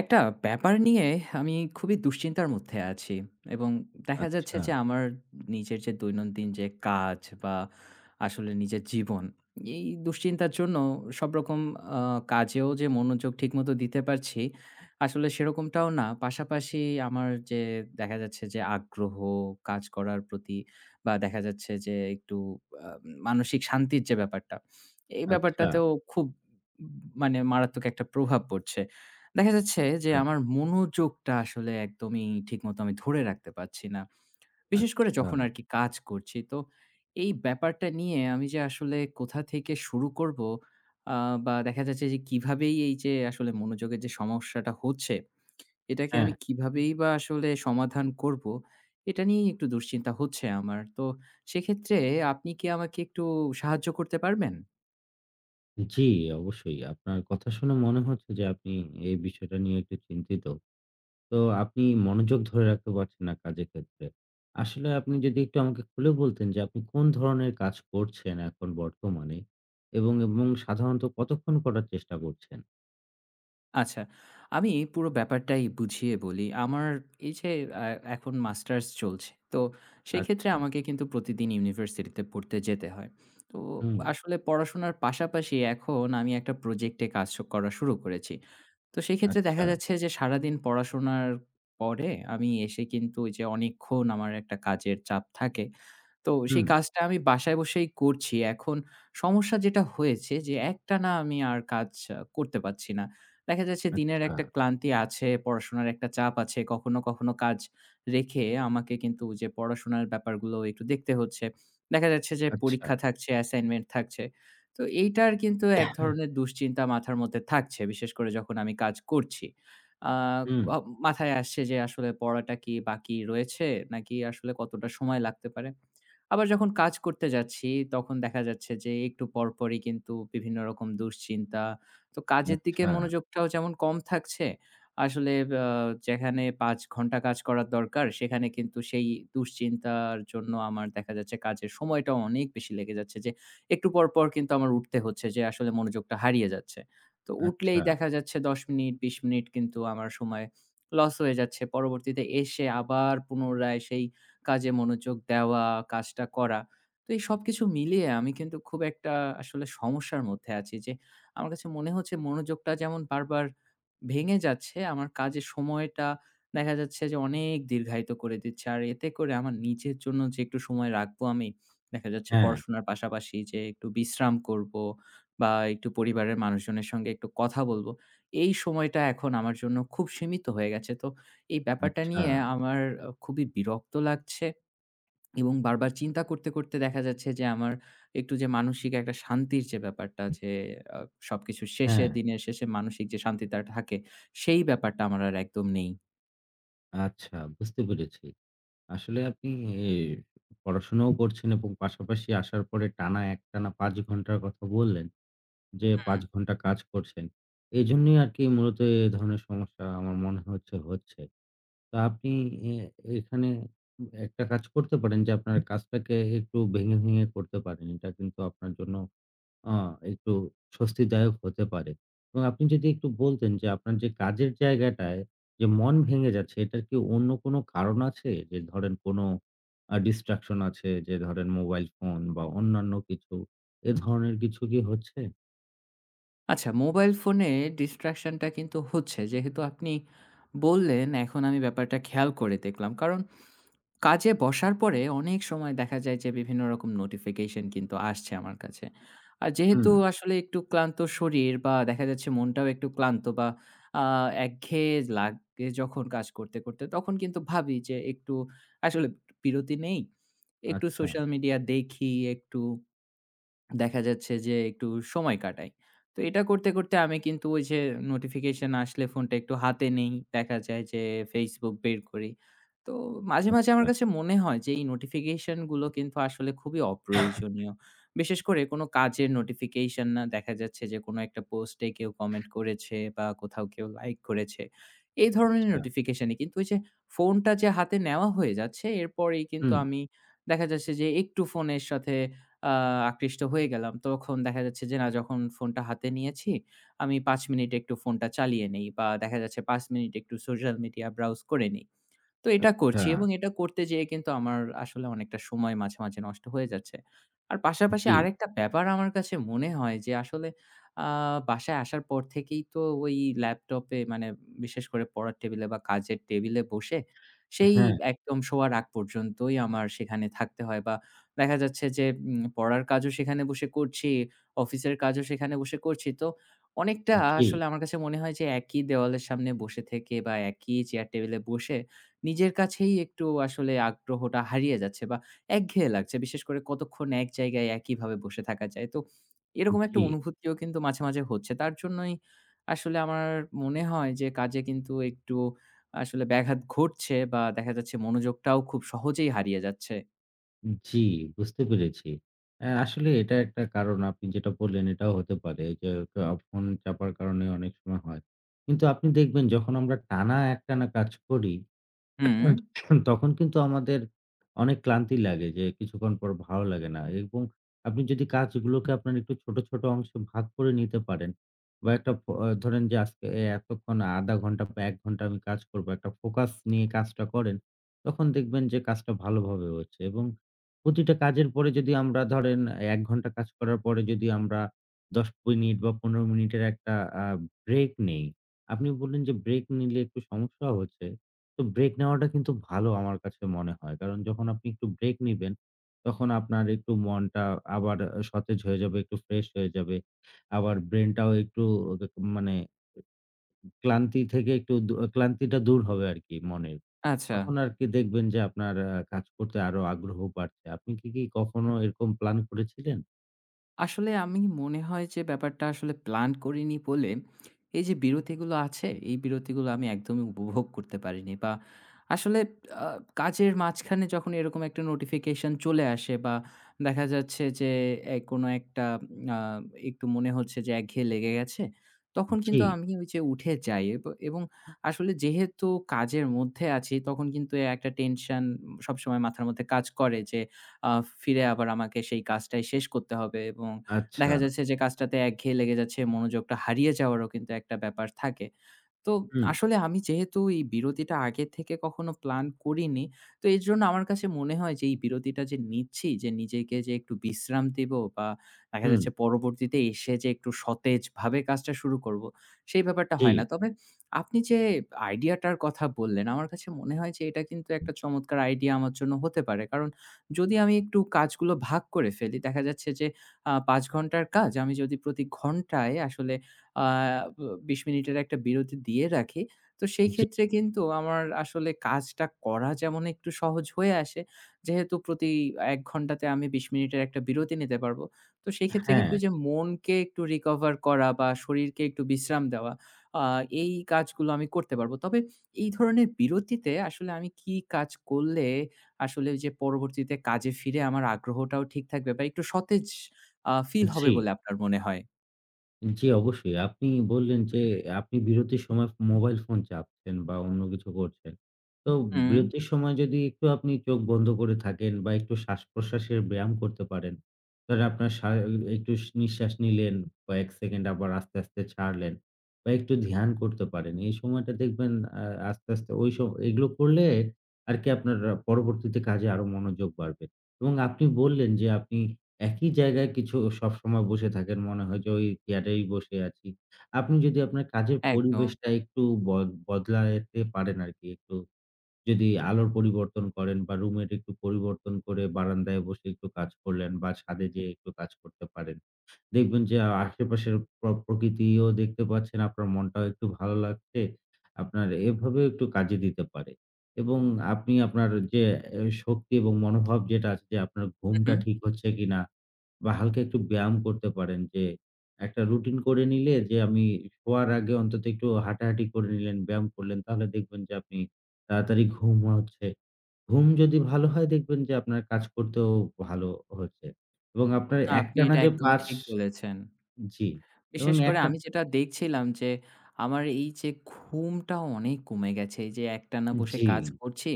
একটা ব্যাপার নিয়ে আমি খুবই দুশ্চিন্তার মধ্যে আছি, এবং দেখা যাচ্ছে আচ্ছা, যে আমার নিজের যে দৈনন্দিন যে কাজ বা আসলে নিজের জীবন, এই দুশ্চিন্তার জন্য সব রকম কাজেও যে মনোযোগ ঠিকমতো দিতে পারছি আসলে সেরকমটাও না। পাশাপাশি আমার যে, দেখা যাচ্ছে যে আগ্রহ কাজ করার প্রতি বা দেখা যাচ্ছে যে একটু আহ, মানসিক শান্তির যে ব্যাপারটা, এই আচ্ছা, ব্যাপারটাতেও খুব উম, মানে মারাত্মক একটা প্রভাব পড়ছে। দেখা যাচ্ছে যে আচ্ছা, আমার মনোযোগটা আসলে একদমই ঠিকমতো আমি ধরে রাখতে পারছি না। বিশেষ করে আচ্ছা। যখন আরকি কাজ করছি। তো এই ব্যাপারটা নিয়ে আমি যে আসলে কোথা থেকে শুরু করব আ বা দেখা যাচ্ছে যে কিভাবেই এই যে আসলে মনোযোগের যে সমস্যাটা হচ্ছে, এটাকে হ্যাঁ, আমি কিভাবেই বা আসলে সমাধান করব, এটা নিয়েই একটু দুশ্চিন্তা হচ্ছে আমার। তো সেক্ষেত্রে আপনি কি আমাকে একটু সাহায্য করতে পারবেন? জি, অবশ্যই। আপনার কথা শুনে মনে হচ্ছে যে আপনি এই বিষয়টা নিয়ে একটু চিন্তিত। তো আপনি মনোযোগ ধরে রাখতে পারছেন না কাজের ক্ষেত্রে। আসলে আপনি যদি একটু আমাকে খুলে বলতেন যে আপনি কোন ধরনের কাজ করছেন এখন বর্তমানে এবং সাধারণত কতক্ষণ করার চেষ্টা করছেন? আচ্ছা। আমি পুরো ব্যাপারটাই বুঝিয়ে বলি। আমার এই যে, আ এখন মাস্টার্স চলছে। তো সেক্ষেত্রে আচ্ছা, আমাকে কিন্তু প্রতিদিন ইউনিভার্সিটিতে পড়তে যেতে হয়। তো হুম, আসলে পড়াশোনার পাশাপাশি এখন আমি একটা প্রজেক্টে কাজ করা শুরু করেছি। তো সেক্ষেত্রে দেখা আচ্ছা, যাচ্ছে যে সারাদিন পড়াশোনার পরে আমি এসে কিন্তু ওই যে অনেকক্ষণ আমার একটা কাজের চাপ থাকে। তো সেই হুম, কাজটা আমি বাসায় বসেই করছি। এখন সমস্যা যেটা হয়েছে যে একটানা আমি আর কাজ করতে পারছি না। দেখা যাচ্ছে দিনের আচ্ছা, একটা ক্লান্তি আছে, পড়াশোনার একটা চাপ আছে। কখনো, কখনো কাজ রেখে আমাকে কিন্তু যে পড়াশোনার ব্যাপারগুলো একটু দেখতে হচ্ছে। দেখা যাচ্ছে যে আচ্ছা, পরীক্ষা থাকছে, অ্যাসাইনমেন্ট থাকছে। তো এইটার কিন্তু এক ধরনের দুশ্চিন্তা মাথার মধ্যে থাকছে। বিশেষ করে যখন আমি কাজ করছি। আ হুম, অ মাথায় আসছে যে আসলে পড়াটা কি বাকি রয়েছে? নাকি আসলে কতটা সময় লাগতে পারে? আবার যখন কাজ করতে যাচ্ছি, তখন দেখা যাচ্ছে যে একটু পরপরই কিন্তু বিভিন্ন রকম দুশ্চিন্তা। তো কাজের দিকে আচ্ছা, মনোযোগটাও যেমন কম থাকছে, আসলে আ যেখানে ৫ ঘন্টা কাজ করার দরকার, সেখানে কিন্তু সেই দুশ্চিন্তার জন্য আমার দেখা যাচ্ছে কাজের সময়টাও অনেক বেশি লেগে যাচ্ছে। যে, একটু পর, পর কিন্তু আমার উঠতে হচ্ছে যে আসলে মনোযোগটা হারিয়ে যাচ্ছে। তো উঠলেই আচ্ছা, দেখা যাচ্ছে ১০ মিনিট, ২০ মিনিট কিন্তু আমার সময় লস হয়ে যাচ্ছে। পরবর্তীতে এসে আবার পুনরায় সেই কাজে মনোযোগ দেওয়া, কাজটা করা। তো এই সবকিছু মিলিয়ে আমি কিন্তু খুব একটা আসলে সমস্যার মধ্যে আছি। যে আমার কাছে মনে হচ্ছে মনোযোগটা যেমন বারবার ভেঙে যাচ্ছে, আমার কাজের সময়টা দেখা যাচ্ছে যে অনেক দীর্ঘায়িত করে দিচ্ছে। আর এতে করে আমার নিজের জন্য যে একটু সময় রাখবো আমি, দেখা যাচ্ছে হ্যাঁ, পড়াশোনার পাশাপাশি যে একটু বিশ্রাম করবো বা একটু পরিবারের মানুষজনের সঙ্গে একটু কথা বলবো, এই সময়টা এখন আমার জন্য খুব সীমিত হয়ে গেছে। তো এই ব্যাপারটা আচ্ছা, নিয়ে আমার খুবই বিরক্ত লাগছে। এবং বারবার চিন্তা করতে, করতে দেখা যাচ্ছে যে আমার একটু যে মানসিক একটা শান্তির যে ব্যাপারটা যে, আ সবকিছু শেষে হ্যাঁ। দিনের শেষে মানসিক যে শান্তিটা থাকে, সেই ব্যাপারটা আমার আর একদম নেই। আচ্ছা, বুঝতে পেরেছি। আসলে আপনি এ পড়াশোনাও করছেন এবং পাশাপাশি আসার পরে টানা একটানা ৫ ঘন্টার কথা বললেন যে ৫ হুম। ঘন্টা কাজ করছেন। এজন্যই আরকি মূলত এ ধরনের সমস্যা আমার মনে হচ্ছে। তো আপনি এ এখানে একটা কাজ করতে পারেন যে আপনার কাজটাকে একটু ভেঙে করতে পারেন। এটা কিন্তু আপনার জন্য আ একটু স্বস্তিদায়ক হতে পারে। এবং আপনি যদি একটু বলতেন যে আপনার যে কাজের জায়গাটায় যে মন ভেঙে যাচ্ছে এটার কি অন্য কোনো কারণ আছে? যে ধরেন কোনো distraction আছে, যে ধরেন মোবাইল ফোন বা অন্যান্য কিছু, এ ধরনের কিছু কি হচ্ছে? আচ্ছা, মোবাইল ফোনে ডিসট্রাকশন টা কিন্তু হচ্ছে, যেহেতু আপনি বললেন, এখন আমি ব্যাপারটা খেয়াল করে দেখলাম। কারণ কাজে বসার পরে অনেক সময় দেখা যায় যে বিভিন্ন রকম নোটিফিকেশন কিন্তু আসছে আমার কাছে। আর যেহেতু হুম, আসলে একটু ক্লান্ত শরীর বা দেখা যাচ্ছে মনটাও একটু ক্লান্ত বা আ একঘেয়ে লাগে, যখন কাজ করতে, করতে, তখন কিন্তু ভাবি যে একটু আসলে বিরতি নেই। একটু আচ্ছা, সোশ্যাল মিডিয়া দেখি, একটু দেখা যাচ্ছে যে একটু সময় কাটাই। তো এটা করতে, করতে আমি কিন্তু ওই যে নোটিফিকেশন আসলে ফোনটা একটু হাতে নেই। দেখা যায় যে Facebook বের করি। তো মাঝে, মাঝে আমার আচ্ছা, কাছে মনে হয় যে এই নোটিফিকেশন গুলো কিন্তু আসলে খুবই অপ্রয়োজনীয়। বিশেষ করে কোনো কাজের নোটিফিকেশন না, দেখা যাচ্ছে যে কোনো একটা পোস্টে কেউ কমেন্ট করেছে বা কোথাও কেউ লাইক করেছে। এই ধরনের আচ্ছা। নোটিফিকেশনই কিন্তু ওই যে ফোনটা যে হাতে নেওয়া হয়ে যাচ্ছে, এরপরেই কিন্তু হুম, আমি দেখা যাচ্ছে যে একটু ফোনের সাথে আ আকৃষ্ট হয়ে গেলাম। তখন দেখা যাচ্ছে যে, না, যখন ফোনটা হাতে নিয়েছি, আমি ৫ মিনিট একটু ফোনটা চালিয়ে নেই বা দেখা যাচ্ছে ৫ মিনিট একটু সোশ্যাল মিডিয়া ব্রাউজ করে নেই। তো এটা আচ্ছা। করছি, এবং এটা করতে যেয়ে কিন্তু আমার আসলে অনেকটা সময় মাঝে, মাঝে নষ্ট হয়ে যাচ্ছে। আর পাশাপাশি জি, আরেকটা ব্যাপার আমার কাছে মনে হয় যে আসলে, আ বাসায় আসার পর থেকেই তো ওই ল্যাপটপে, মানে বিশেষ করে পড়ার টেবিলে বা কাজের টেবিলে বসে, সেই হ্যাঁ, একদম শোয়ার আগ পর্যন্তই আমার সেখানে থাকতে হয় বা দেখা যাচ্ছে যে, পড়ার কাজও সেখানে বসে করছি, অফিসের কাজও সেখানে বসে করছি। তো অনেকটা জি, আসলে আমার কাছে মনে হয় যে একই দেওয়ালের সামনে বসে থেকে বা একই চেয়ার টেবিলে বসে নিজের কাছেই একটু আসলে আগ্রহটা হারিয়ে যাচ্ছে বা একঘেয়ে লাগছে। বিশেষ করে কতক্ষণ এক জায়গায় একইভাবে বসে থাকা যায়। তো এরকম একটা জি। অনুভূতিও কিন্তু মাঝে, মাঝে হচ্ছে। তার জন্যই আসলে আমার মনে হয় যে কাজে কিন্তু একটু আসলে ব্যাঘাত ঘটছে বা দেখা যাচ্ছে মনোযোগটাও খুব সহজেই হারিয়ে যাচ্ছে। জি, বুঝতে পেরেছি। আসলে এটা একটা কারণ আপনি যেটা বললেন এটাও হতে পারে যে ফোন চাপার কারণে অনেক সময় হয়। কিন্তু আপনি দেখবেন যখন আমরা টানা একটানা কাজ করি, হুম, উম তখন কিন্তু আমাদের অনেক ক্লান্তি লাগে যে কিছুক্ষণ পর ভালো লাগে না। এবং আপনি যদি কাজগুলোকে আপনার একটু ছোট অংশে ভাগ করে নিতে পারেন বা একটা ধরেন যে আজকে এতক্ষণ ০.৫ ঘন্টা বা ১ ঘন্টা আমি কাজ করব। একটা ফোকাস নিয়ে কাজটা করেন, তখন দেখবেন যে কাজটা ভালোভাবে হচ্ছে। এবং প্রতিটা কাজের পরে যদি আমরা ধরেন ১ ঘন্টা কাজ করার পরে যদি আমরা ১০ মিনিট বা ১৫ মিনিটের একটা আ ব্রেক নেই। আপনি বললেন যে ব্রেক নিলে একটু সমস্যা হচ্ছে। তো ব্রেক নেওয়াটা কিন্তু ভালো আমার কাছে মনে হয়। কারণ যখন আপনি একটু ব্রেক নিবেন, তখন আপনার একটু মনটা আবার সতেজ হয়ে যাবে, একটু ফ্রেশ হয়ে যাবে। আবার ব্রেইনটাও একটু, মানে, ক্লান্তি থেকে একটু ক্লান্তিটা দূর হবে আরকি মনের। আচ্ছা। তখন আরকি দেখবেন যে আপনার কাজ করতে আরো আগ্রহ বাড়ছে। আপনি কি কখনো এরকম প্ল্যান করেছিলেন? আসলে আমি মনে হয় যে ব্যাপারটা আসলে প্ল্যান করিনি বলে, এই যে বিরতিগুলো আছে, এই বিরতিগুলো আমি একদমই উপভোগ করতে পারিনি বা আসলে, আ কাজের মাঝখানে যখন এরকম একটা নোটিফিকেশন চলে আসে বা দেখা যাচ্ছে যে কোনো একটা, আ একটু মনে হচ্ছে যে একঘেয়ে লেগে গেছে, তখন জি, কিন্তু আমি ওই যে উঠে যাই এবং আসলে যেহেতু কাজের মধ্যে আছি, তখন কিন্তু একটা টেনশন সবসময় মাথার মধ্যে কাজ করে যে, আ ফিরে আবার আমাকে সেই কাজটাই শেষ করতে হবে, এবং আচ্ছা। দেখা যাচ্ছে যে কাজটাতে একঘেয়ে লেগে যাচ্ছে, মনোযোগটা হারিয়ে যাওয়ারও কিন্তু একটা ব্যাপার থাকে। তো হুম, আসলে আমি যেহেতু এই বিরতিটা আগে থেকে কখনো প্ল্যান করিনি, তো এজন্য আমার কাছে মনে হয় যে এই বিরতিটা যে নিচ্ছি, যে নিজেকে যে একটু বিশ্রাম দিব বা দেখা হুম। যাচ্ছে পরবর্তীতে এসে যে একটু সতেজভাবে কাজটা শুরু করব, সেই ব্যাপারটা জি, হয় না। তবে আপনি যে আইডিয়াটার কথা বললেন, আমার কাছে মনে হয় যে এটা কিন্তু একটা চমৎকার আইডিয়া আমার জন্য হতে পারে। কারণ যদি আমি একটু কাজগুলো ভাগ করে ফেলি, দেখা যাচ্ছে যে ৫ ঘন্টার কাজ আমি যদি প্রতি ঘন্টায় আসলে আ ব ২০ মিনিটের একটা বিরতি দিয়ে রাখি। তো সেই জি। ক্ষেত্রে কিন্তু আমার আসলে কাজটা করা যেমন একটু সহজ হয়ে আসে, যেহেতু প্রতি ১ ঘন্টাতে আমি ২০ মিনিটের একটা বিরতি নিতে পারবো। তো সেক্ষেত্রে হ্যাঁ, কিন্তু ওইযে মনকে একটু রিকভার করা বা শরীরকে একটু বিশ্রাম দেওয়া, আ এই কাজগুলো আমি করতে পারবো। তবে এই ধরনের বিরতিতে আসলে আমি কি কাজ করলে আসলে ওইযে পরবর্তীতে কাজে ফিরে আমার আগ্রহটাও ঠিক থাকবে বা একটু সতেজ ফিল হবে জি। বলে আপনার মনে হয়? জি, অবশ্যই। আপনি বললেন যে আপনি বিরতির সময় মোবাইল ফোন চাপছেন বা অন্য কিছু করছেন। তো হুম, বিরতির সময় যদি একটু আপনি চোখ বন্ধ করে থাকেন বা একটু শ্বাসপ্রশ্বাসের ব্যায়াম করতে পারেন। ধরেন আপনার একটু নিঃশ্বাস নিলেন, কয়েক সেকেন্ড, আবার আস্তে ছাড়লেন বা একটু ধ্যান করতে পারেন। এই সময়টা দেখবেন আ আস্তে ওই স এগুলো করলে আরকি আপনার পরবর্তীতে কাজে আরো মনোযোগ বাড়বে। এবং আপনি বললেন যে আপনি একই জায়গায় কিছু সবসময় বসে থাকেন। মনে হয় যে ওই চেয়ারেই বসে আছি। আপনি যদি আপনার কাজের একদম। পরিবেশটা একটু বদলাতে পারেন আরকি। একটু যদি আলোর পরিবর্তন করেন বা রুমের একটু পরিবর্তন করে বারান্দায় বসে একটু কাজ করলেন বা ছাদে যেয়ে একটু কাজ করতে পারেন। দেখবেন যে আশেপাশের প্রকৃতিও দেখতে পাচ্ছেন, আপনার মনটাও একটু ভালো লাগছে। আপনার এভাবেও একটু কাজে দিতে পারে। এবং আপনি আপনার যে শক্তি এবং মনোভাব যেটা আছে, যে আপনার ঘুমটা হুম, ঠিক হচ্ছে কিনা বা হালকা একটু ব্যায়াম করতে পারেন যে, একটা রুটিন করে নিলে যে আমি শোয়ার আগে অন্তত একটু হাঁটাহাঁটি করে নিলেন, ব্যায়াম করলেন, তাহলে দেখবেন যে আপনি তাড়াতাড়ি ঘুম হচ্ছে। ঘুম যদি ভালো হয় দেখবেন যে আপনার কাজ করতেও ভালো হচ্ছে। এবং আপনার না, আপনি একটানা এটা যে একদম ৫, ঠিক বলেছেন। জি, এবং বিশেষ করে একটা, আমি যেটা দেখছিলাম যে, আমার এই যে ঘুমটা অনেক কমে গেছে। এই যে একটানা বসে জি, কাজ করছি।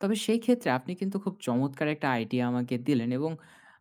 তবে সেই ক্ষেত্রে আপনি কিন্তু খুব চমৎকার একটা আইডিয়া আমাকে দিলেন, এবং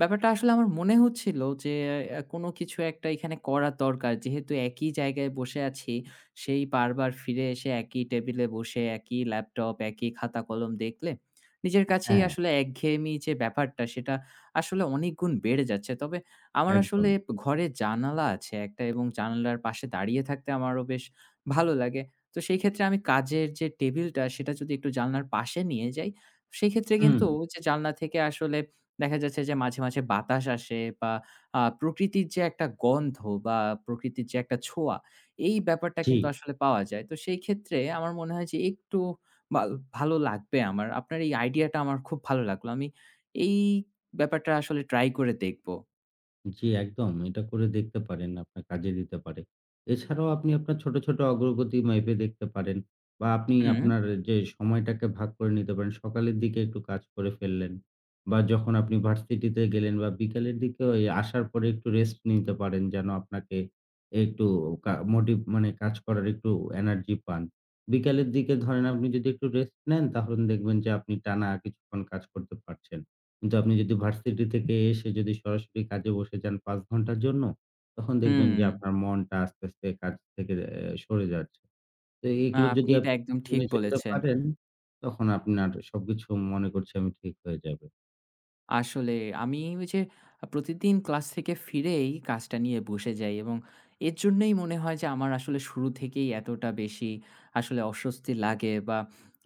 ব্যাপারটা আসলে আমার মনে হচ্ছিল যে, কোনো কিছু একটা এখানে করা দরকার। যেহেতু একই জায়গায় বসে আছি, সেই বারবার ফিরে এসে একই টেবিলে বসে, একই ল্যাপটপ, একই খাতা কলম দেখলে নিজের কাছেই হ্যাঁ, আসলে একঘেয়েমি যে ব্যাপারটা, সেটা আসলে অনেক গুণ বেড়ে যাচ্ছে। তবে আমার একদম। আসলে ঘরে জানালা আছে একটা, এবং জানালার পাশে দাঁড়িয়ে থাকতে আমারও বেশ ভালো লাগে। তো সেই ক্ষেত্রে আমি কাজের যে টেবিলটা সেটা যদি একটু জানলার পাশে নিয়ে যাই, সেক্ষেত্রে হুম, কিন্তু যে জানলা থেকে আসলে দেখা যাচ্ছে যে মাঝে, মাঝে বাতাস আসে বা প্রকৃতির যে একটা গন্ধ বা প্রকৃতির যে একটা ছোঁয়া, এই ব্যাপারটা জি। কিন্তু আসলে পাওয়া যায়। তো সেই ক্ষেত্রে আমার মনে হয় যে একটু বাল ভালো লাগবে আমার। আপনার এই আইডিয়াটা আমার খুব ভালো লাগলো। আমি এই ব্যাপারটা আসলে ট্রাই করে দেখব। জি, একদম। এটা করে দেখতে পারেন, আপনার কাজে দিতে পারে। এছাড়াও আপনি আপনার ছোট অগ্রগতি মেপে দেখতে পারেন বা আপনি হুম, আপনার যে সময়টাকে ভাগ করে নিতে পারেন। সকালের দিকে একটু কাজ করে ফেললেন বা যখন আপনি ভার্সিটিতে গেলেন বা বিকালের দিকে ওই আসার পরে একটু রেস্ট নিতে পারেন যেন আপনাকে একটু মোটিভ, মানে কাজ করার একটু এনার্জি পান। বিকালের দিকে ধরেন আপনি যদি একটু রেস্ট নেন, তাহলে দেখবেন যে আপনি টানা কিছুক্ষণ কাজ করতে পারছেন। কিন্তু আপনি যদি ভার্সিটি থেকে এসে যদি সরাসরি কাজে বসে যান ৫ ঘন্টার জন্য, তখন দেখবেন হুম। যে আপনার মনটা আস্তে কাজ থেকে সরে যাচ্ছে। তো এগুলো আপনি যদি এটা আপনি একদম ঠিক মেনে চলতে বলেছেন। পারেন, তখন আপনার সবকিছু, মনে করছি আমি, ঠিক হয়ে যাবে। আসলে আমি ওই যে প্রতিদিন ক্লাস থেকে ফিরেই কাজটা নিয়ে বসে যাই, এবং এর জন্যই মনে হয় যে আমার আসলে শুরু থেকেই এতটা বেশি আসলে অস্বস্তি লাগে বা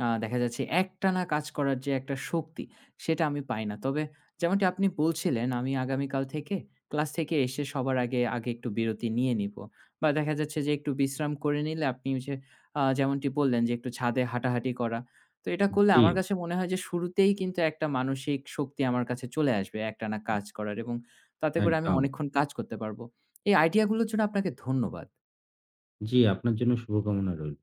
দেখা যাচ্ছে একটানা কাজ করার যে একটা শক্তি সেটা আমি পাই না। তবে যেমনটি আপনি বলছিলেন, আমি আগামীকাল থেকে ক্লাস থেকে এসে সবার আগে আগে একটু বিরতি নিয়ে নিব বা দেখা যাচ্ছে যে একটু বিশ্রাম করে নিলে, আপনি ওই যে যেমনটি বললেন যে একটু ছাদে হাঁটাহাঁটি করা, তো এটা করলে জি, আমার কাছে মনে হয় যে শুরুতেই কিন্তু একটা মানসিক শক্তি আমার কাছে চলে আসবে একটানা কাজ করার, এবং তাতে করে আমি একদম। অনেকক্ষণ কাজ করতে পারবো। এই আইডিয়াগুলোর জন্য আপনাকে ধন্যবাদ। জি, আপনার জন্য শুভকামনা রইল।